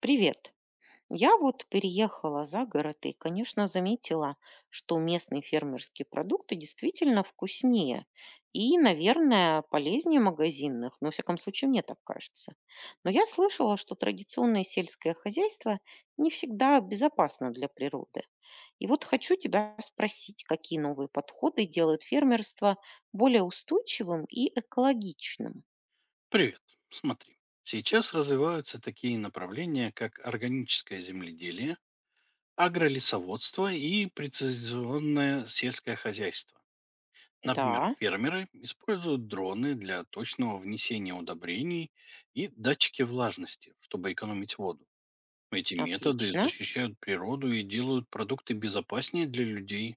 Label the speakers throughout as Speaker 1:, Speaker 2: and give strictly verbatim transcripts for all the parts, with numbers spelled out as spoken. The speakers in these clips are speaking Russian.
Speaker 1: Привет. Я вот переехала за город и, конечно, заметила, что местные фермерские продукты действительно вкуснее и, наверное, полезнее магазинных. Но, во всяком случае, мне так кажется. Но я слышала, что традиционное сельское хозяйство не всегда безопасно для природы. И вот хочу тебя спросить, какие новые подходы делают фермерство более устойчивым и экологичным?
Speaker 2: Привет. Смотри, сейчас развиваются такие направления, как органическое земледелие, агролесоводство и прецизионное сельское хозяйство. Например,
Speaker 1: Да,
Speaker 2: фермеры используют дроны для точного внесения удобрений и датчики влажности, чтобы экономить воду. Эти методы
Speaker 1: отлично.
Speaker 2: защищают природу и делают продукты безопаснее для людей.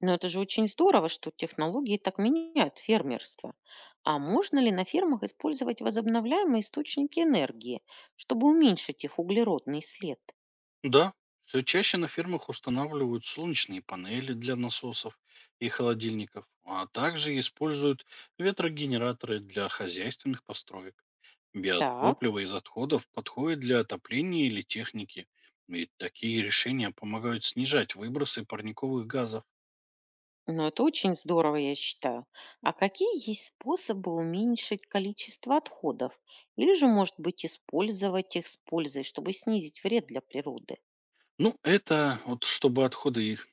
Speaker 1: Но это же очень здорово, что технологии так меняют фермерство. А можно ли на фермах использовать возобновляемые источники энергии, чтобы уменьшить их углеродный след?
Speaker 2: Да, все чаще на фермах устанавливают солнечные панели для насосов и холодильников, а также используют ветрогенераторы для хозяйственных построек.
Speaker 1: Так,
Speaker 2: Биотопливо из отходов подходит для отопления или техники, и такие решения помогают снижать выбросы парниковых газов.
Speaker 1: ну это очень здорово, я считаю. А какие есть способы уменьшить количество отходов? Или же, может быть, использовать их с пользой, чтобы снизить вред для природы?
Speaker 2: Ну, это вот чтобы отходы их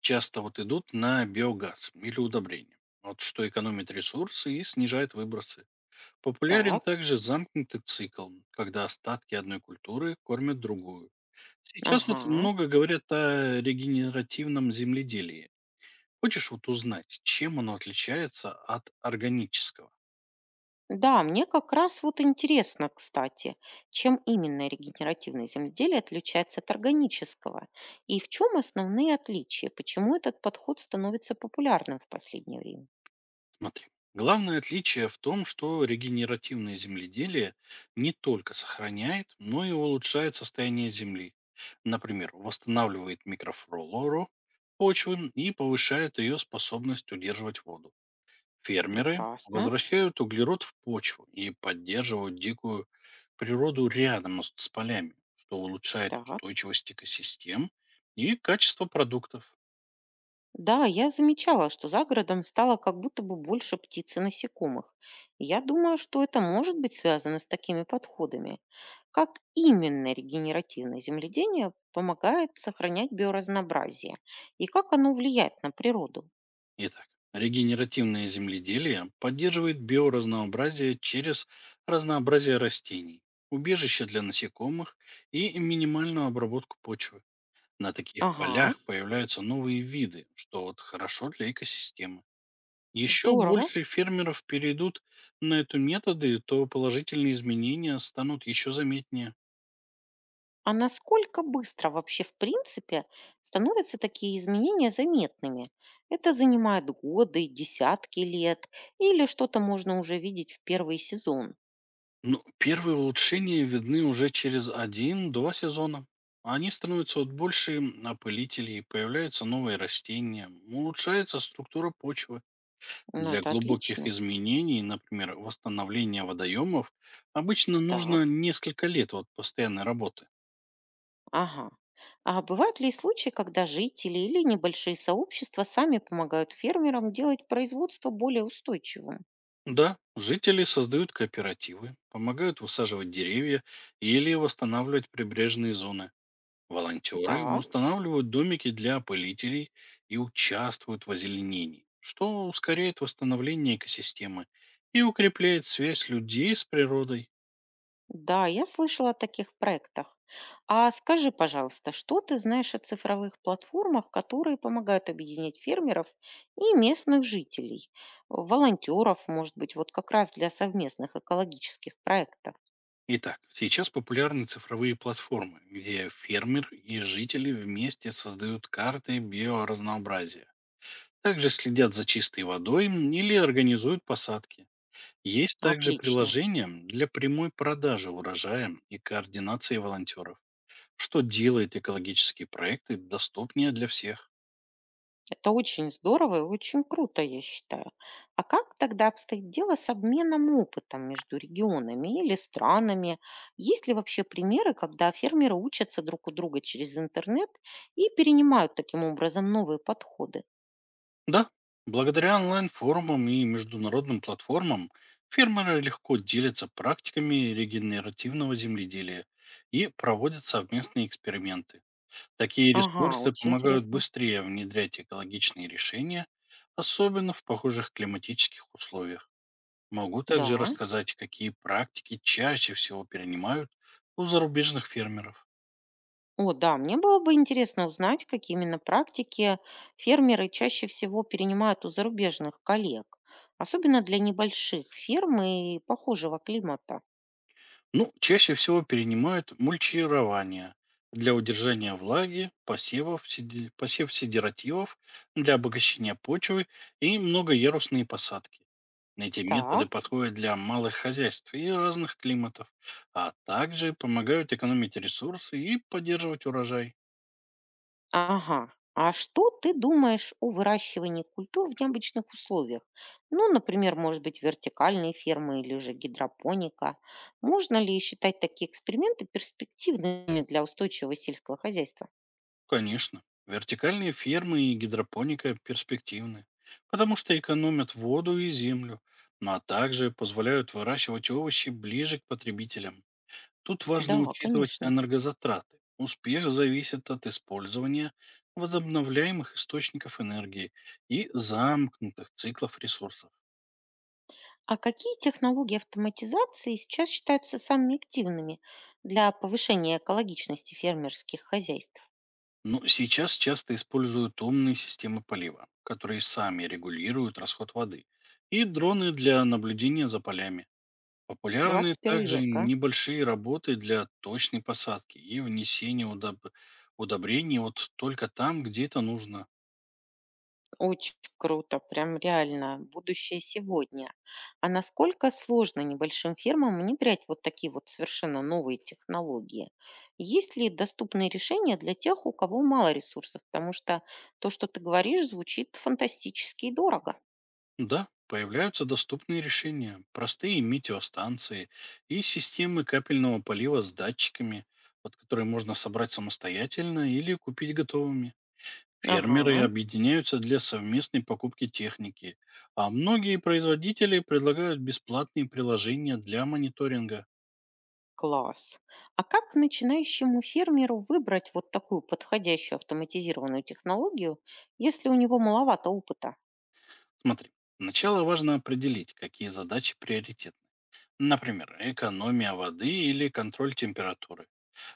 Speaker 2: часто вот идут на биогаз или удобрения. Вот что экономит ресурсы и снижает выбросы. Популярен
Speaker 1: Так,
Speaker 2: также замкнутый цикл, когда остатки одной культуры кормят другую. Сейчас вот
Speaker 1: ага.
Speaker 2: много говорят о регенеративном земледелии. Хочешь вот узнать, чем оно отличается от органического?
Speaker 1: Да, мне как раз вот интересно, кстати, чем именно регенеративное земледелие отличается от органического и в чем основные отличия, почему этот подход становится популярным в последнее время.
Speaker 2: Смотри. Главное отличие в том, что регенеративное земледелие не только сохраняет, но и улучшает состояние земли. Например, восстанавливает микрофлору почвы и повышает ее способность удерживать воду. Фермеры
Speaker 1: Прекрасно,
Speaker 2: возвращают углерод в почву и поддерживают дикую природу рядом с с полями, что улучшает
Speaker 1: так.
Speaker 2: устойчивость экосистем и качество продуктов.
Speaker 1: Да, я замечала, что за городом стало как будто бы больше птиц и насекомых. Я думаю, что это может быть связано с такими подходами. Как именно регенеративное земледение помогает сохранять биоразнообразие и как оно влияет на природу?
Speaker 2: Итак, регенеративное земледелие поддерживает биоразнообразие через разнообразие растений, убежище для насекомых и минимальную обработку почвы. На таких
Speaker 1: Ага,
Speaker 2: полях появляются новые виды, что вот хорошо для экосистемы. Еще
Speaker 1: здорово.
Speaker 2: больше фермеров перейдут на эту методы, то положительные изменения станут еще заметнее.
Speaker 1: А насколько быстро вообще, в принципе, становятся такие изменения заметными? Это занимает годы, десятки лет, или что-то можно уже видеть в первый сезон?
Speaker 2: Но первые улучшения видны уже через один-два сезона. Они становятся вот больше м, опылителей, появляются новые растения, улучшается структура почвы.
Speaker 1: Ну,
Speaker 2: Для
Speaker 1: это
Speaker 2: глубоких
Speaker 1: отлично.
Speaker 2: изменений, например, восстановления водоемов, обычно
Speaker 1: Так,
Speaker 2: нужно несколько лет вот постоянной работы.
Speaker 1: ага. А бывают ли случаи, когда жители или небольшие сообщества сами помогают фермерам делать производство более устойчивым?
Speaker 2: Да, жители создают кооперативы, помогают высаживать деревья или восстанавливать прибрежные зоны. Волонтеры
Speaker 1: Так.
Speaker 2: устанавливают домики для опылителей и участвуют в озеленении, что ускоряет восстановление экосистемы и укрепляет связь людей с природой.
Speaker 1: Да, я слышала о таких проектах. А скажи, пожалуйста, что ты знаешь о цифровых платформах, которые помогают объединять фермеров и местных жителей, волонтеров, может быть, вот как раз для совместных экологических проектов?
Speaker 2: Итак, сейчас популярны цифровые платформы, где фермер и жители вместе создают карты биоразнообразия. Также следят за чистой водой или организуют посадки. Есть также
Speaker 1: Отлично.
Speaker 2: приложение для прямой продажи урожая и координации волонтеров, что делает экологические проекты доступнее для всех.
Speaker 1: Это очень здорово и очень круто, я считаю. А как тогда обстоит дело с обменом опытом между регионами или странами? Есть ли вообще примеры, когда фермеры учатся друг у друга через интернет и перенимают таким образом новые подходы?
Speaker 2: Да, благодаря онлайн-форумам и международным платформам фермеры легко делятся практиками регенеративного земледелия и проводят совместные эксперименты. Такие
Speaker 1: Ага,
Speaker 2: ресурсы
Speaker 1: очень
Speaker 2: помогают
Speaker 1: интересно.
Speaker 2: быстрее внедрять экологичные решения, особенно в похожих климатических условиях. Могу также
Speaker 1: Да.
Speaker 2: рассказать, какие практики чаще всего перенимают у зарубежных фермеров.
Speaker 1: О, да, мне было бы интересно узнать, какие именно практики фермеры чаще всего перенимают у зарубежных коллег, особенно для небольших ферм и похожего климата.
Speaker 2: Ну, чаще всего перенимают мульчирование для удержания влаги, посевов, седи- посев седеративов для обогащения почвы и многоярусные посадки. Эти методы
Speaker 1: Так.
Speaker 2: подходят для малых хозяйств и разных климатов, а также помогают экономить ресурсы и поддерживать урожай.
Speaker 1: Ага. А что ты думаешь о выращивании культур в необычных условиях? Ну, например, может быть, вертикальные фермы или же гидропоника. Можно ли считать такие эксперименты перспективными для устойчивого сельского хозяйства?
Speaker 2: Конечно. Вертикальные фермы и гидропоника перспективны, потому что экономят воду и землю, но а также позволяют выращивать овощи ближе к потребителям. Тут важно
Speaker 1: Да,
Speaker 2: учитывать
Speaker 1: конечно.
Speaker 2: энергозатраты. Успех зависит от использования возобновляемых источников энергии и замкнутых циклов ресурсов.
Speaker 1: А какие технологии автоматизации сейчас считаются самыми активными для повышения экологичности фермерских хозяйств?
Speaker 2: Но сейчас часто используют умные системы полива, которые сами регулируют расход воды, и дроны для наблюдения за полями. Популярны
Speaker 1: двадцать первого
Speaker 2: также
Speaker 1: века.
Speaker 2: небольшие работы для точной посадки и внесения удоб- удобрений вот только там, где это нужно.
Speaker 1: Очень круто, прям реально. Будущее сегодня. А насколько сложно небольшим фермам внедрять вот такие вот совершенно новые технологии? Есть ли доступные решения для тех, у кого мало ресурсов? Потому что то, что ты говоришь, звучит фантастически и дорого.
Speaker 2: Да, появляются доступные решения, простые метеостанции и системы капельного полива с датчиками, вот, которые можно собрать самостоятельно или купить готовыми. Фермеры
Speaker 1: Ага,
Speaker 2: объединяются для совместной покупки техники, а многие производители предлагают бесплатные приложения для мониторинга.
Speaker 1: класс. А как начинающему фермеру выбрать вот такую подходящую автоматизированную технологию, если у него маловато опыта?
Speaker 2: Смотри, сначала важно определить, какие задачи приоритетны. Например, экономия воды или контроль температуры.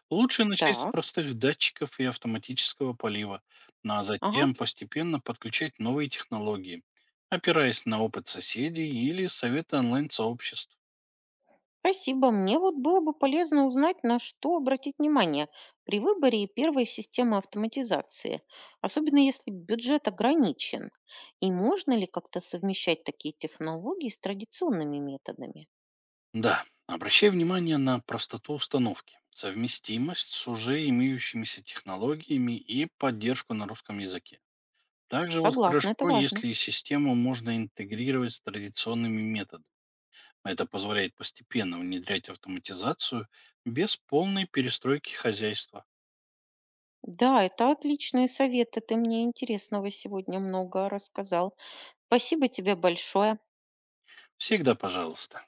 Speaker 2: Лучше начать с
Speaker 1: Так,
Speaker 2: простых датчиков и автоматического полива, ну а
Speaker 1: ага.
Speaker 2: затем постепенно подключать новые технологии, опираясь на опыт соседей или советы онлайн-сообществ.
Speaker 1: Спасибо. Мне вот было бы полезно узнать, на что обратить внимание при выборе первой системы автоматизации, особенно если бюджет ограничен. И можно ли как-то совмещать такие технологии с традиционными методами?
Speaker 2: Да, обращай внимание на простоту установки, совместимость с уже имеющимися технологиями и поддержку на русском языке. Также вот
Speaker 1: Согласна, это
Speaker 2: хорошо,
Speaker 1: важно.
Speaker 2: если систему можно интегрировать с традиционными методами. Это позволяет постепенно внедрять автоматизацию без полной перестройки хозяйства.
Speaker 1: Да, это отличные советы. Ты мне интересного сегодня много рассказал. Спасибо тебе большое.
Speaker 2: Всегда пожалуйста.